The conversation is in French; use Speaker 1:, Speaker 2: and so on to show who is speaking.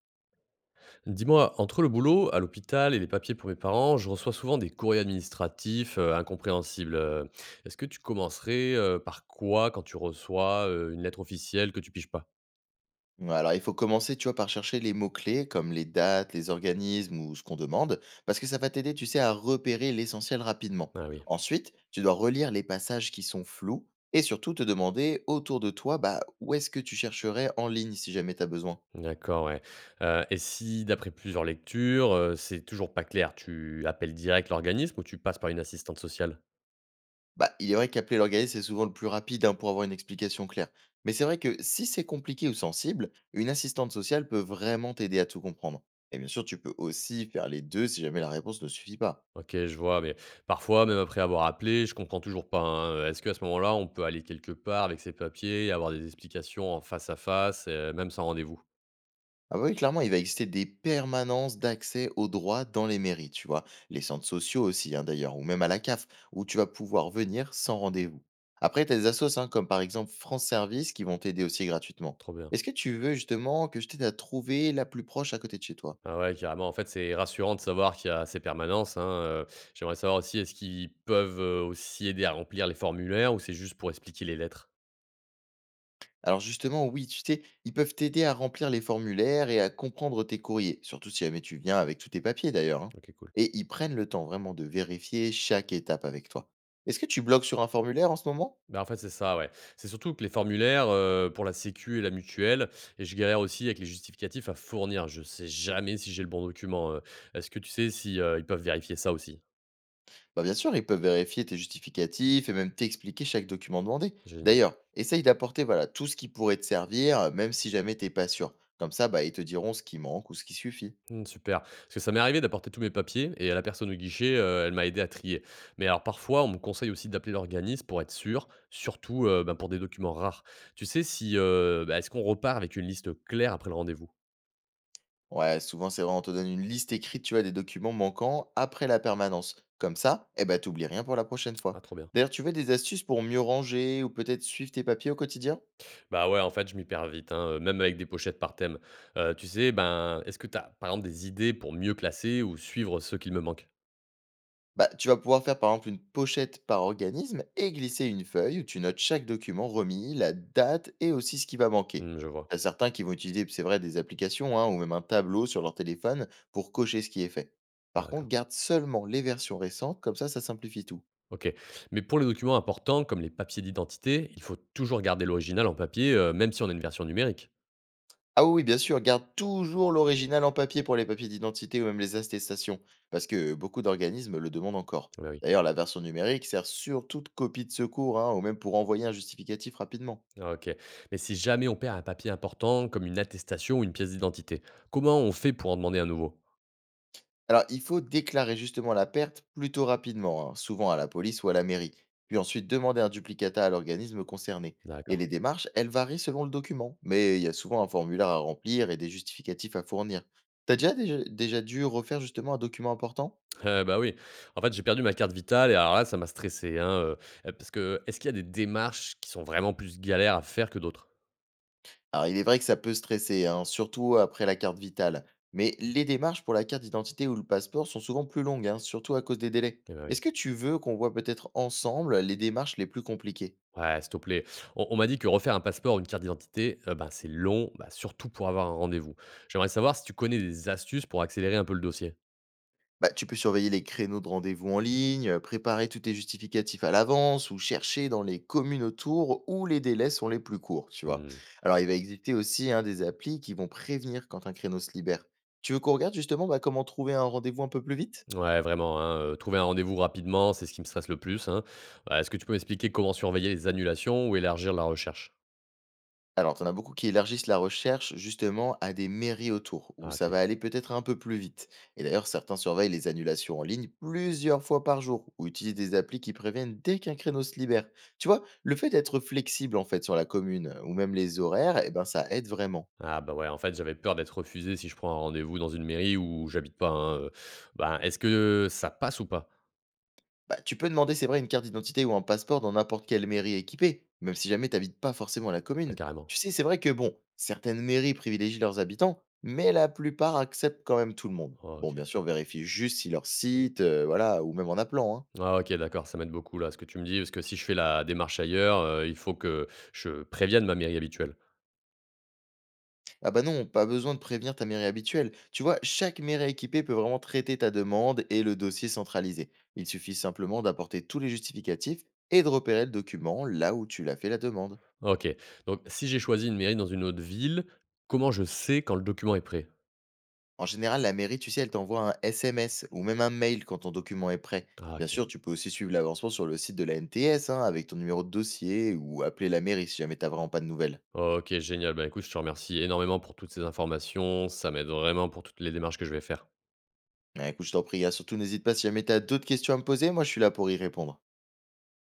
Speaker 1: Dis-moi, entre le boulot, à l'hôpital et les papiers pour mes parents, je reçois souvent des courriers administratifs incompréhensibles. Est-ce que tu commencerais par quoi quand tu reçois une lettre officielle que tu piges pas?
Speaker 2: Ouais, alors il faut commencer, tu vois, par chercher les mots-clés comme les dates, les organismes ou ce qu'on demande, parce que ça va t'aider, tu sais, à repérer l'essentiel rapidement.
Speaker 1: Ah oui,
Speaker 2: Ensuite, tu dois relire les passages qui sont flous et surtout te demander autour de toi, bah, où est-ce que tu chercherais en ligne si jamais tu as besoin.
Speaker 1: d'accord, ouais. Et si, d'après plusieurs lectures, c'est toujours pas clair, tu appelles direct l'organisme ou tu passes par une assistante sociale?
Speaker 2: Bah, il est vrai qu'appeler l'organisme est souvent le plus rapide, hein, pour avoir une explication claire. Mais c'est vrai que si c'est compliqué ou sensible, une assistante sociale peut vraiment t'aider à tout comprendre. Et bien sûr, tu peux aussi faire les deux si jamais la réponse ne suffit pas.
Speaker 1: Ok, je vois, mais parfois, même après avoir appelé, je comprends toujours pas, hein. Est-ce qu'à ce moment-là, on peut aller quelque part avec ces papiers et avoir des explications en face à face, même sans rendez-vous?
Speaker 2: Ah bah oui, clairement, il va exister des permanences d'accès aux droits dans les mairies, tu vois. Les centres sociaux aussi, hein, d'ailleurs, ou même à la CAF, où tu vas pouvoir venir sans rendez-vous. Après, t'as des assos, hein, comme par exemple France Service, qui vont t'aider aussi gratuitement.
Speaker 1: Trop bien.
Speaker 2: Est-ce que tu veux justement que je t'aide à trouver la plus proche à côté de chez toi?
Speaker 1: Ah ouais, carrément. En fait, c'est rassurant de savoir qu'il y a ces permanences, hein, j'aimerais savoir aussi, est-ce qu'ils peuvent, aussi aider à remplir les formulaires ou c'est juste pour expliquer les lettres?
Speaker 2: Alors justement, oui, tu sais, ils peuvent t'aider à remplir les formulaires et à comprendre tes courriers, surtout si jamais tu viens avec tous tes papiers, d'ailleurs, hein.
Speaker 1: OK, cool.
Speaker 2: Et ils prennent le temps vraiment de vérifier chaque étape avec toi. Est-ce que tu bloques sur un formulaire en ce moment?
Speaker 1: Bah, en fait, c'est ça, ouais. C'est surtout que les formulaires, pour la sécu et la mutuelle, et je galère aussi avec les justificatifs à fournir. Je sais jamais si j'ai le bon document, Est-ce que tu sais si, ils peuvent vérifier ça aussi?
Speaker 2: Bah bien sûr, ils peuvent vérifier tes justificatifs et même t'expliquer chaque document demandé.
Speaker 1: Génial.
Speaker 2: D'ailleurs, essaye d'apporter, voilà, tout ce qui pourrait te servir, même si jamais t'es pas sûr. Comme ça, bah, ils te diront ce qui manque ou ce qui suffit.
Speaker 1: Mmh, super. Parce que ça m'est arrivé d'apporter tous mes papiers et la personne au guichet, elle m'a aidé à trier. Mais alors parfois, on me conseille aussi d'appeler l'organisme pour être sûr, surtout, bah, pour des documents rares. Tu sais si, bah, est-ce qu'on repart avec une liste claire après le rendez-vous?
Speaker 2: Ouais, souvent c'est vrai, on te donne une liste écrite, tu vois, des documents manquants après la permanence. Comme ça, eh ben, t'oublies rien pour la prochaine fois.
Speaker 1: Ah trop bien.
Speaker 2: D'ailleurs, tu veux des astuces pour mieux ranger ou peut-être suivre tes papiers au quotidien?
Speaker 1: Bah, ouais, en fait, je m'y perds vite, hein, même avec des pochettes par thème. Tu sais, ben, est-ce que tu as, par exemple, des idées pour mieux classer ou suivre ceux qu'il me manque?
Speaker 2: Bah, tu vas pouvoir faire par exemple une pochette par organisme et glisser une feuille où tu notes chaque document remis, la date et aussi ce qui va manquer.
Speaker 1: Mmh, je
Speaker 2: T'as
Speaker 1: vois.
Speaker 2: certains qui vont utiliser, c'est vrai, des applications, hein, ou même un tableau sur leur téléphone pour cocher ce qui est fait. Par contre,
Speaker 1: D'accord.
Speaker 2: garde seulement les versions récentes, comme ça simplifie tout.
Speaker 1: OK. Mais pour les documents importants, comme les papiers d'identité, il faut toujours garder l'original en papier, même si on a une version numérique?
Speaker 2: Ah oui, oui, bien sûr, garde toujours l'original en papier pour les papiers d'identité ou même les attestations, parce que beaucoup d'organismes le demandent encore.
Speaker 1: Ouais, oui.
Speaker 2: D'ailleurs, la version numérique sert surtout de copie de secours, hein, ou même pour envoyer un justificatif rapidement.
Speaker 1: OK. Mais si jamais on perd un papier important comme une attestation ou une pièce d'identité, comment on fait pour en demander un nouveau?
Speaker 2: Alors, il faut déclarer justement la perte plutôt rapidement, hein, souvent à la police ou à la mairie, puis ensuite demander un duplicata à l'organisme concerné. Et
Speaker 1: D'accord.
Speaker 2: les démarches, elles varient selon le document, mais il y a souvent un formulaire à remplir et des justificatifs à fournir. T'as déjà dû refaire justement un document important?
Speaker 1: Eh bah, oui. En fait, j'ai perdu ma carte vitale et alors là, ça m'a stressé, hein, parce que est-ce qu'il y a des démarches qui sont vraiment plus galères à faire que d'autres?
Speaker 2: Alors, il est vrai que ça peut stresser, hein, surtout après la carte vitale, mais les démarches pour la carte d'identité ou le passeport sont souvent plus longues, hein, surtout à cause des délais.
Speaker 1: Eh ben
Speaker 2: Est-ce
Speaker 1: oui.
Speaker 2: que tu veux qu'on voit peut-être ensemble les démarches les plus compliquées?
Speaker 1: Ouais, s'il te plaît. On m'a dit que refaire un passeport ou une carte d'identité, bah, c'est long, bah, surtout pour avoir un rendez-vous. J'aimerais savoir si tu connais des astuces pour accélérer un peu le dossier?
Speaker 2: Bah, tu peux surveiller les créneaux de rendez-vous en ligne, préparer tous tes justificatifs à l'avance ou chercher dans les communes autour où les délais sont les plus courts, tu vois.
Speaker 1: Mmh.
Speaker 2: Alors, il va exister aussi, hein, des applis qui vont prévenir quand un créneau se libère. Tu veux qu'on regarde justement, bah, comment trouver un rendez-vous un peu plus vite?
Speaker 1: Ouais, vraiment, hein, trouver un rendez-vous rapidement, c'est ce qui me stresse le plus, hein. Est-ce que tu peux m'expliquer comment surveiller les annulations ou élargir la recherche?
Speaker 2: Alors, tu en as beaucoup qui élargissent la recherche justement à des mairies autour, où
Speaker 1: Ah
Speaker 2: ça
Speaker 1: OK.
Speaker 2: va aller peut-être un peu plus vite. Et d'ailleurs, certains surveillent les annulations en ligne plusieurs fois par jour, ou utilisent des applis qui préviennent dès qu'un créneau se libère. Tu vois, le fait d'être flexible en fait sur la commune, ou même les horaires, eh ben, ça aide vraiment.
Speaker 1: Ah bah, ouais, en fait, j'avais peur d'être refusé si je prends un rendez-vous dans une mairie où j'habite pas, hein, Ben, est-ce que ça passe ou pas?
Speaker 2: Bah, tu peux demander, c'est vrai, une carte d'identité ou un passeport dans n'importe quelle mairie équipée, même si jamais t'habites pas forcément la
Speaker 1: Ah
Speaker 2: commune.
Speaker 1: carrément.
Speaker 2: Tu sais, c'est vrai que bon, certaines mairies privilégient leurs habitants, mais la plupart acceptent quand même tout le monde.
Speaker 1: Oh,
Speaker 2: Bon,
Speaker 1: OK.
Speaker 2: bien sûr, vérifie juste si leur site, voilà, ou même en appelant, hein.
Speaker 1: Ah OK, d'accord, ça m'aide beaucoup là, ce que tu me dis, parce que si je fais la démarche ailleurs, il faut que je prévienne ma mairie habituelle.
Speaker 2: Ah bah non, pas besoin de prévenir ta mairie habituelle. Tu vois, chaque mairie équipée peut vraiment traiter ta demande et le dossier centralisé. Il suffit simplement d'apporter tous les justificatifs et de repérer le document là où tu l'as fait la demande.
Speaker 1: OK. Donc si j'ai choisi une mairie dans une autre ville, comment je sais quand le document est prêt?
Speaker 2: En général, la mairie, tu sais, elle t'envoie un SMS ou même un mail quand ton document est prêt.
Speaker 1: Ah
Speaker 2: Bien
Speaker 1: OK.
Speaker 2: sûr, tu peux aussi suivre l'avancement sur le site de la NTS, hein, avec ton numéro de dossier ou appeler la mairie si jamais t'as vraiment pas de nouvelles.
Speaker 1: OK, génial. Bah, écoute, je te remercie énormément pour toutes ces informations. Ça m'aide vraiment pour toutes les démarches que je vais faire.
Speaker 2: Mais écoute, je t'en prie, hein, surtout n'hésite pas si jamais t'as d'autres questions à me poser, moi je suis là pour y répondre.